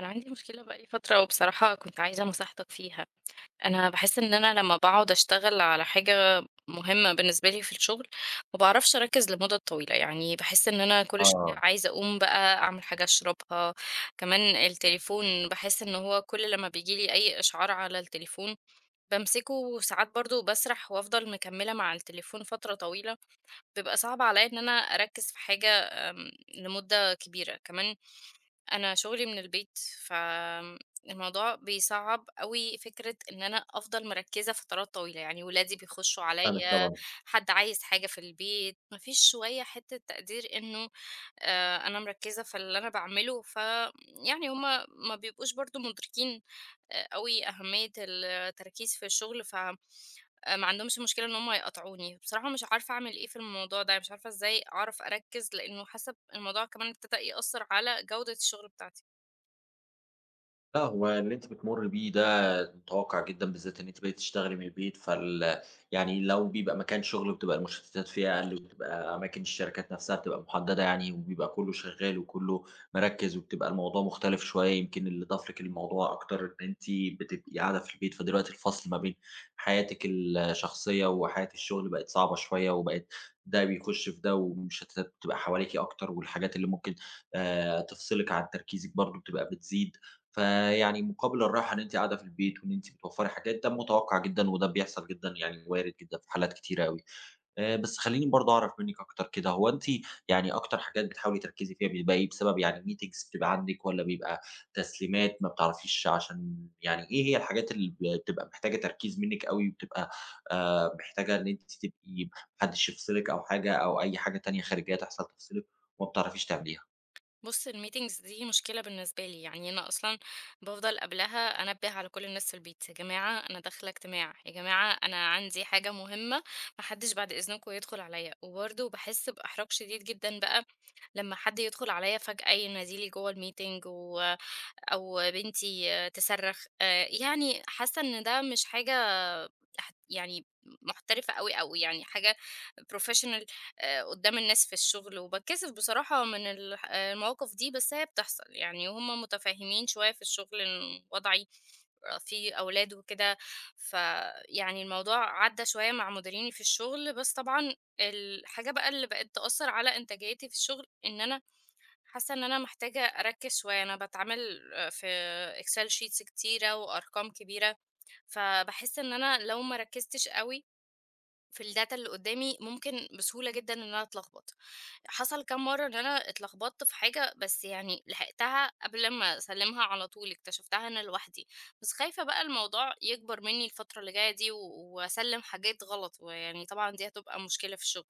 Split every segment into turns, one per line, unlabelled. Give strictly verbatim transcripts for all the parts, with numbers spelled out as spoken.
أنا عندي مشكلة بقى لي فترة، وبصراحة كنت عايزة نصيحتك فيها. أنا باحس إن أنا لمّا باقعد أشتغل على حاجة مهمة بالنسبة لي في الشغل، ما باعرفش أركّز لمُدَّة طويلة. يعني باحس إن أنا كل شوية
آه،
عايزة أقوم بقى أعمل حاجة أشربها. كمان التليفون، باحس إن هو كل لمّا بييجي لي أي إشعار على التليفون بامسكه، وساعات برضه باسرح وأفضل مكمّلة مع التليفون فترة طويلة. بيبقى صعب عليّا إن أنا أركّز في حاجة آمم لمُدَّة كبيرة. كمان أنا شغلي من البيت، فالموضوع بيصعّب أوي فكرة إن أنا أفضل مركّزة فترات طويلة. يعني ولادي بيخشّوا
فاهمِك
عليّا،
طبعًا.
حد عايز حاجة في البيت، ما فيش شوية حتّة تقدير إنه آآ أنا مركّزة في اللي أنا باعمله، ف يعني هُم ما بيبقوش برضه مُدركين آآ أوي أهمية التركيز في الشغل، ف آآ ما عندهمش مشكلة إن هُم يقاطعوني. بصراحة مش عارفة أعمل إيه في الموضوع ده، مش عارفة إزاي أعرف أركّز، لإنه حاسّة الموضوع كمان ابتدى يأثّر على جودة الشغل بتاعتي.
لأ، هو اللي أنتِ بتمُرّي بيه ده متوقّع جدًا، بالذات إن أنتِ بقيتِ تشتغلي من البيت. فال يعني لو بيبقى مكان شغل بتبقى المشتتات فيه أقل، وبتبقى أماكن الشركات نفسها بتبقى محددة يعني، وبيبقى كُلّه شغّال وكُلّه مركّز، وبتبقى الموضوع مختلف شوية. يمكن اللي ضاف لِك الموضوع أكتر إن أنتِ بتبقي قاعدة في البيت، فدلوقتي الفصل ما بين حياتِك الشخصية وحياة الشغل بقت صعبة شوية، وبقت ده بيخُش في ده، والمشتتات بتبقى حواليكِ أكتر، والحاجات اللي ممكن آآ تفصلِك عن تركيزِك برضه بتبقى بتزيد. فيعني مقابل الراحة إن أنتِ قاعدة في البيت وإن أنتِ بتوفّري حاجات، ده متوقّع جدًا وده بيحصل جدًا، يعني وارد جدًا في حالات كتيرة أوي. آآ بس خلّيني برضه أعرف منِّك أكتر كده، هو أنتِ يعني أكتر حاجات بتحاولي تركّزي فيها بيبقى إيه؟ بسبب يعني meetings بتبقى عندِك والّا بيبقى تسليمات ما بتعرفيش؟ عشان يعني إيه هي الحاجات اللي ب بتبقى محتاجة تركيز منِّك أوي، وبتبقى آآ محتاجة إن أنتِ تبقي ما حدّش يفصلِك، أو حاجة أو أي حاجة تانية خارجية تحصل تفصلِك، وما بتعرفيش تعمليها؟
بُص، الmeetings دي مشكلة بالنسبة لي. يعني أنا أصلًا بافضل قبلها أنبّه على كل الناس في البيت، يا جماعة أنا داخلة اجتماع، يا جماعة أنا عندي حاجة مهمة، ما حدش بعد إذنكم يدخل عليَّ. وبرضه باحس بإحراج شديد جدًا بقى لمّا حد يدخل عليَّ فجأة ينادي لي جوّه الmeeting، و أو بنتي تصرّخ. آآ يعني حاسة إن ده مش حاجة هت يعني محترفة أوي، أوي، يعني حاجة professional آآ قدّام الناس في الشغل، وباتكسف بصراحة من الح المواقف دي. بس هي بتحصل، يعني هُم متفهمين شوية في الشغل إن وضعي فيه أولاد وكده. فيعني الموضوع عدّى شوية مع مديريني في الشغل، بس طبعًا الحاجة بقى اللي بقت تأثّر على إنتاجيتي في الشغل، إن أنا حاسة إن أنا محتاجة أركّز شوية. أنا باتعامل في Excel sheets كتيرة وأرقام كبيرة، فباحس إن أنا لو ما ركّزتش أوي في الdata اللي قدّامي، ممكن بسهولة جدًا إن أنا أتلخبط. حصل كام مرّة إن أنا اتلخبطت في حاجة، بس يعني لحقتها قبل ما أسلّمها على طول، اكتشفتها أنا لوحدي. بس خايفة بقى الموضوع يكبر منّي الفترة اللي جاية دي، و وأسلّم حاجات غلط، ويعني طبعًا دي هتبقى مشكلة في الشغل.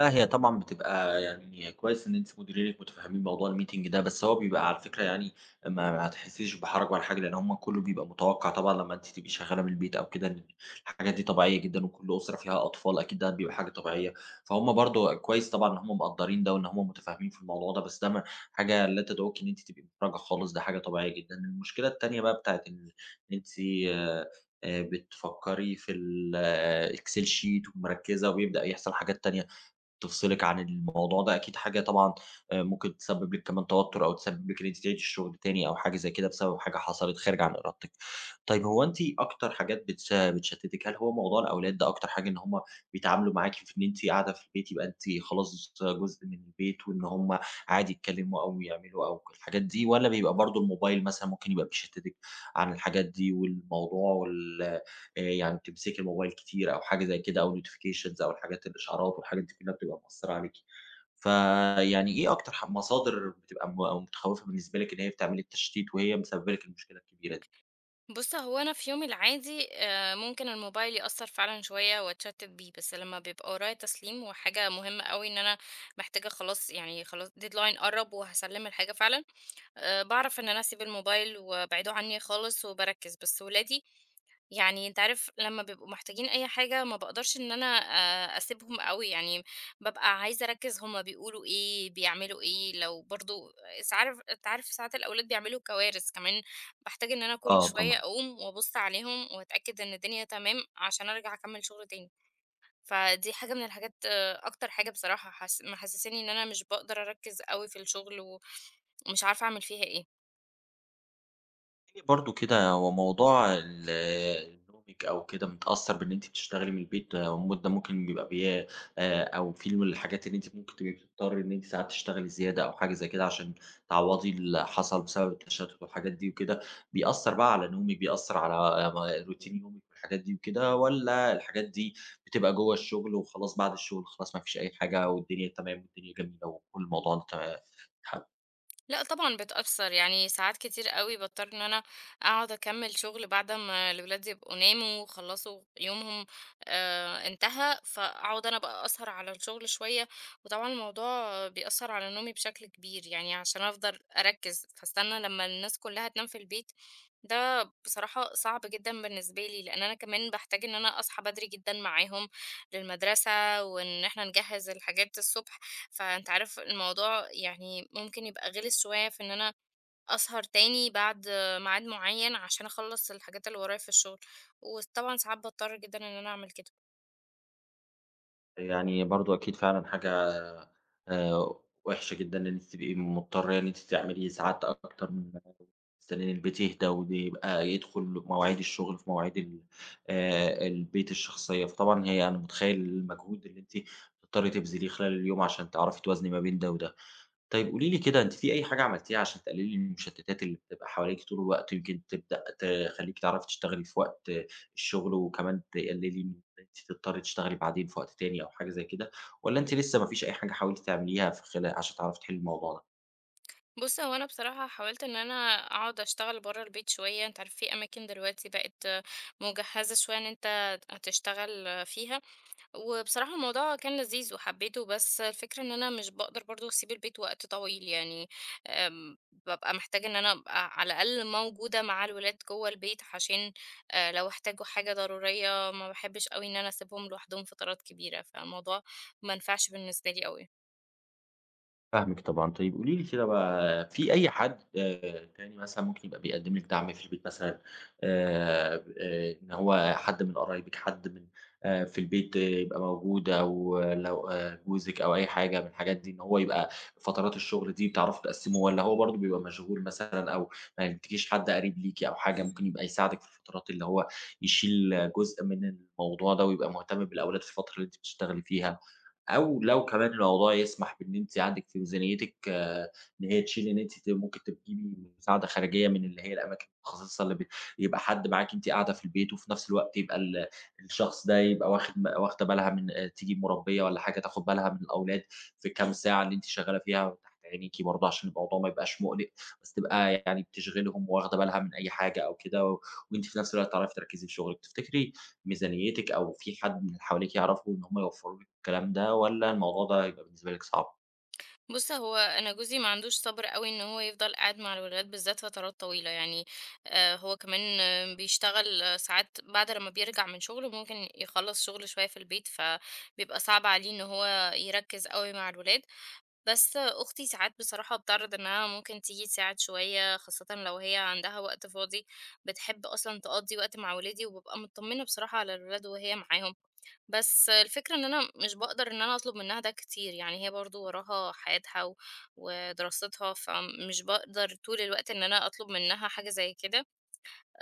لأ، هي طبعًا بتبقى يعني كويس إن أنتِ مديرِك متفهمين موضوع الmeeting ده، بس هو بيبقى على فكرة يعني ما هتحسيش بحرج ولا حاجة، لأن هم كله بيبقى متوقع طبعًا لمّا أنتِ تبقي شغالة من البيت أو كده، إن الحاجات دي طبيعية جدًا، وكل أسرة فيها أطفال أكيد ده بيبقى حاجة طبيعية. فهُم برضه كويس طبعًا إن هم مقدّرين ده، وإن هم متفاهمين في الموضوع ده، بس ده ما حاجة لا تدعوكِ إن أنتِ تبقي محرجة خالص، ده حاجة طبيعية جدًا. المشكلة التانية بقى بتاعة إن أنتِ آآ، بتفكّري في الexcel sheet ومركّزة وبيبدأ يحصل حاجات تانية تفصلِك عن الموضوع ده، أكيد حاجة طبعًا آآ ممكن تسبب لِك كمان توتر، أو تسبب لِك إن أنتِ تعيدي الشغل تاني أو حاجة زي كده، بسبب حاجة حصلت خارجة عن إرادتِك. طيب، هو أنتِ أكتر حاجات بتش بتشتتِك، هل هو موضوع الأولاد ده أكتر حاجة؟ إن هم بيتعاملوا معاكِ في إن أنتِ قاعدة في البيت، يبقى أنتِ خلاص جزء من البيت وإن هم عادي يتكلموا أو يعملوا أو الحاجات دي، والّا بيبقى برضه الموبايل مثلًا ممكن يبقى بيشتتِك عن الحاجات دي والموضوع وال آآ يعني بتمسكي الموبايل كتير أو حاجة زي كده، أو notifications أو الحاجات الإشعارات والحاجات دي كلّها بتبقى مأثّرة عليكِ. فيعني إيه أكتر ح مصادر بتبقى م متخوّفة بالنسبة لِك إن هي بتعمل لِك تشتيت وهي مسبّبة لِك المشكلة الكبيرة دي؟
بُص، هو أنا في يومي العادي آآ ممكن الموبايل يأثّر فعلًا شوية وأتشتِّت بيه. بس لمّا بيبقى ورايا تسليم وحاجة مهمة أوي إن أنا محتاجة خلاص، يعني خلاص deadline قرّب وهاسلِّم الحاجة فعلًا، آآ باعرف إن أنا أسيب الموبايل وأبعِده عني خالص وباركِّز. بس ولادي، يعني أنت عارف لمّا بيبقوا محتاجين أي حاجة ما باقدرش إن أنا آآ أسيبهم أوي. يعني بابقى عايزة أركّز هُم بيقولوا إيه، بيعملوا إيه، لو برضه س عارف أنت عارف ساعات الأولاد بيعملوا كوارث كمان. باحتاج إن أنا كل
آه
شوية
طبعًا.
أقوم وأبُص عليهم وأتأكد إن الدنيا تمام عشان أرجع أكمّل شغل تاني. فدي حاجة من الحاجات، آه، أكتر حاجة بصراحة حس محسّساني إن أنا مش باقدر أركّز أوي في الشغل و ومش عارفة أعمل فيها إيه.
برضه كده، هو موضوع ال نومِك أو كده متأثّر بإن أنتِ بتشتغلي من البيت آه، مدة ممكن بيبقى بيها آآ أو في من الحاجات اللي أنتِ ممكن تبقي بتضطرّي إن أنتِ ساعات تشتغلي زيادة أو حاجة زي كده، عشان تعوّضي اللي حصل بسبب التشتُّت والحاجات دي وكده، بيأثّر بقى على نومِك، بيأثّر على م روتين يومِك والحاجات دي وكده، والّا الحاجات دي بتبقى جوّه الشُغل وخلاص، بعد الشُغل خلاص ما فيش أي حاجة، والدنيا تمام والدنيا جميلة وكل الموضوع ده ت اتحل؟
لأ طبعًا بتأثّر. يعني ساعات كتير أوي باضطر إن أنا أقعد أكمّل شغل بعد ما الولاد يبقوا ناموا وخلّصوا يومهم، آآ انتهى، فأقعد أنا بقى أسهر على الشغل شوية. وطبعًا الموضوع بيأثّر على نومي بشكل كبير. يعني عشان أفضل أركّز، فاستنى لمّا الناس كلّها تنام في البيت. ده بصراحة صعب جدًا بالنسبة لي، لإن أنا كمان باحتاج إن أنا أصحى بدري جدًا معاهم للمدرسة، وإن إحنا نجهّز الحاجات الصبح. فأنت عارف الموضوع يعني ممكن يبقى غِلِس شوية في إن أنا أسهر تاني بعد ميعاد معيّن عشان أخلّص الحاجات اللي ورايا في الشغل. وطبعًا ساعات باضطر جدًا إن أنا أعمل كده.
يعني برضه أكيد فعلًا حاجة آآ وِحشة جدًا إن أنتِ تبقي مضطرة إن أنتِ تعملي ساعات أكتر، من تستني إن البيت يهدى، ويبقى يدخل مواعيد الشغل في مواعيد ال آآ البيت الشخصية. فطبعًا هي أنا متخيّل المجهود اللي أنتِ بتضطري تبذليه خلال اليوم، عشان تعرفي توازني ما بين ده وده. طيب قولي لي كده، أنتِ في أي حاجة عملتيها عشان تقللي من المشتتات اللي بتبقى حواليكِ طول الوقت، يمكن تبدأ تخلّيكِ تعرفي تشتغلي في وقت الشغل، وكمان تقللي من إن أنتِ تضطري تشتغلي بعدين في وقت تاني أو حاجة زي كده، والّا أنتِ لسه ما فيش أي حاجة حاولتِ تعمليها في خلا عشان تعرفي تحلّي الموضوع ده؟
بُص، هو أنا بصراحة حاولت إن أنا أقعد أشتغل برّه البيت شوية. أنت عارف في أماكن دلوقتي بقت مُجهّزة شوية إن أنت هتشتغل فيها. وبصراحة الموضوع كان لذيذ وحبيته. بس الفكرة ان انا مش بقدر برضو اسيب البيت وقت طويل، يعني أم، ببقى محتاجة ان انا ابقى على الاقل موجودة مع الولاد جوه البيت عشان، آه، لو احتاجوا حاجة ضرورية، ما بحبش قوي ان انا اسيبهم لوحدهم فترات كبيرة. فالموضوع ما نفعش بالنسبة لي قوي.
فاهمِك طبعًا. طيب قولي لي كده بقى، في أي حد آآ تاني مثلًا ممكن يبقى بيقدّم لِك دعم في البيت مثلًا، آآ ب آآ إن هو حد من قرايبِك، حد من آآ في البيت يبقى موجود، أو لو آآ جوزِك أو أي حاجة من الحاجات دي، إن هو يبقى فترات الشغل دي بتعرفوا تقسّموا، والّا هو برضه بيبقى مشغول مثلًا، أو ما يجيلكيش حد قريب ليكِ أو حاجة ممكن يبقى يساعدِك في الفترات اللي هو يشيل جزء من الموضوع ده، ويبقى مهتم بالأولاد في الفترة اللي أنتِ بتشتغلي فيها؟ أو لو كمان الموضوع يسمح بإن أنتِ عندِك في ميزانيتِك آه، إن هي تشيل إن أنتِ ت ممكن تجيبي مساعدة خارجية من اللي هي الأماكن المتخصصة، اللي ب يبقى حد معاكِ أنتِ قاعدة في البيت، وفي نفس الوقت يبقى ال الشخص ده يبقى واخد م واخدة بالها من آه، تجيب مربية والّا حاجة تاخد بالها من الأولاد في الكام ساعة اللي أنتِ شغالة فيها تحت عينيكِ برضه، عشان الموضوع ما يبقاش مُقلق، بس تبقى يعني بتشغلهم وواخدة بالها من أي حاجة أو كده، و- وأنتِ في نفس الوقت تعرفي تركّزي في شغلِك. تفتكري ميزانيتِك أو في حد من اللي حواليكِ يعرفوا إن هم يوفّروا لِك الكلام ده، والّا الموضوع ده هيبقى بالنسبة لِك صعب؟
بُص، هو أنا جوزي ما عندوش صبر أوي إن هو يفضل قاعد مع الولاد بالذات فترات طويلة. يعني آآ هو كمان، آه، بيشتغل، آه، ساعات بعد لمّا بيرجع من شغله ممكن يخلّص شغل شوية في البيت، فبيبقى صعب عليه إن هو يركّز أوي مع الولاد. بس آه، أختي ساعات بصراحة بتعرض إنها ممكن تيجي تساعد شوية، خاصةً لو هي عندها وقت فاضي. بتحب أصلًا تقضّي وقت مع ولادي، وبابقى متطمنة بصراحة على الولاد وهي معاهم. بس الفكرة إن أنا مش باقدر إن أنا أطلب منها ده كتير. يعني هي برضه وراها حياتها و ودراستها، فمش باقدر طول الوقت إن أنا أطلب منها حاجة زي كده.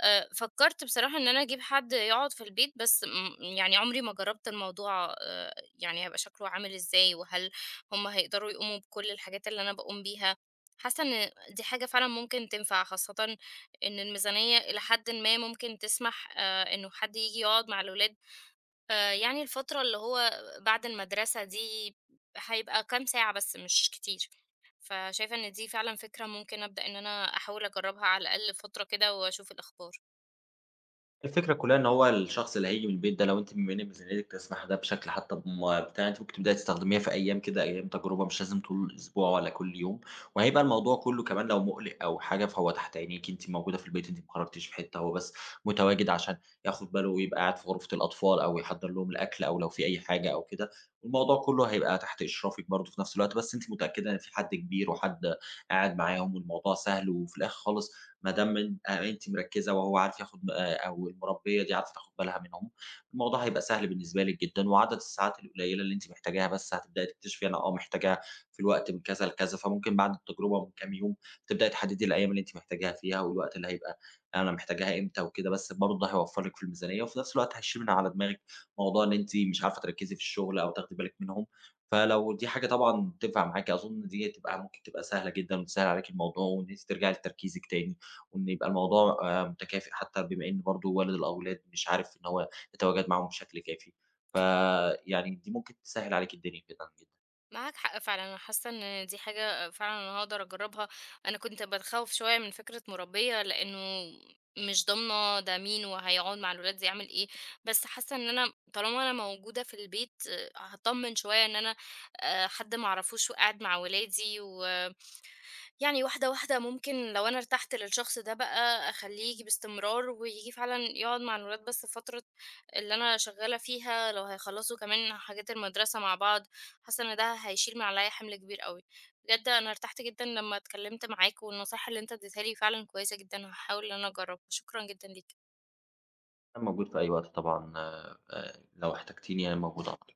آآ فكرت بصراحة إن أنا أجيب حد يقعد في البيت، بس م يعني عمري ما جرّبت الموضوع، آآ يعني هيبقى شكله عامل إزاي، وهل هم هيقدروا يقوموا بكل الحاجات اللي أنا باقوم بيها؟ حاسة إن دي حاجة فعلًا ممكن تنفع، خاصةً إن الميزانية إلى حدٍ ما ممكن تسمح آآ إنه حد ييجي يقعد مع الولاد، آآ يعني الفترة اللي هو بعد المدرسة دي هيبقى كام ساعة بس مش كتير. فشايفة إن دي فعلًا فكرة ممكن أبدأ إن أنا أحاول أجرّبها على الأقل فترة كده وأشوف الأخبار.
الفكرة كلّها إن هو الشخص اللي هييجي من البيت ده، لو أنتِ بما إن ميزانيتك تسمح ده بشكل حتى بم بتاع، أنتِ ممكن تبدئي تستخدميها في أيام كده، أيام تجربة مش لازم طول الأسبوع ولا كل يوم، وهيبقى الموضوع كلّه كمان لو مُقلق أو حاجة فهو تحت عينيكِ، أنتِ موجودة في البيت، أنتِ ما خرجتيش في حتة، هو بس متواجد عشان ياخد باله، ويبقى قاعد في غرفة الأطفال أو يحضّر لهم الأكل أو لو في أي حاجة أو كده، الموضوع كلّه هيبقى تحت إشرافِك برضه في نفس الوقت، بس أنتِ متأكدة إن في حد كبير وحد قاعد معاهم والموضوع سهل، وفي الآخر خالص ما دام إن آآ أنتِ مركّزة وهو عارف ياخد آآ أو المُربّية دي عارفة تاخد بالها منهم، الموضوع هيبقى سهل بالنسبة لِك جدًا، وعدد الساعات القليّلة اللي أنتِ محتاجاها بس هتبدئي تكتشفي أنا آه محتاجاها في الوقت من كذا لكذا، فممكن بعد التجربة من كام يوم تبدئي تحدّدي الأيام اللي أنتِ محتاجاها فيها، والوقت اللي هيبقى أنا محتاجاها إمتى وكده، بس برضه ده هيوفّر لِك في الميزانية، وفي نفس الوقت هيشيل من على دماغِك موضوع إن أنتِ مش عارفة تركّزي في الشغل أو تاخدي بالِك منهم، فلو دي حاجة طبعًا تنفع معاكِ أظن دي تبقى ممكن تبقى سهلة جدًا، وتسهّل عليكِ الموضوع وإن أنتِ ترجعي لتركيزِك تاني. وإن يبقى الموضوع آآ متكافئ، حتى بما إن برضه والد الأولاد مش عارف إن هو يتواجد معاهم بشكل كافي، فيعني دي ممكن تسهّل عليكِ الدنيا جدًا، جدًا.
معاك حق فعلًا، أنا حاسة إن دي حاجة فعلًا أنا هاقدر أجرّبها. أنا كنت باتخوّف شوية من فكرة مُربية، لإنه مش ضامنة ده مين وهيقعد مع الولاد دي يعمل إيه. بس حاسة إن أنا طالما أنا موجودة في البيت هاتطمن شوية إن أنا آآ حد ما أعرفوش وقاعد مع ولادي و يعني واحدة، واحدة ممكن لو أنا ارتحت للشخص ده بقى أخلّيه ييجي باستمرار، وييجي فعلًا يقعد مع الولاد بس فترة اللي أنا شغّالة فيها، لو هيخلّصوا كمان حاجات المدرسة مع بعض. حاسة إن ده هيشيل من عليّا حمل كبير أوي. بجد أنا ارتحت جدًا لمّا اتكلّمت معاك، والنصايح اللي أنت ادّيتها لي فعلًا كويسة جدًا. هاحاول إن أنا أجرّبها. شكرًا جدًا ليك.
أنا موجود في أي وقت طبعًا، آآ لو احتجتيني أنا موجود على طول.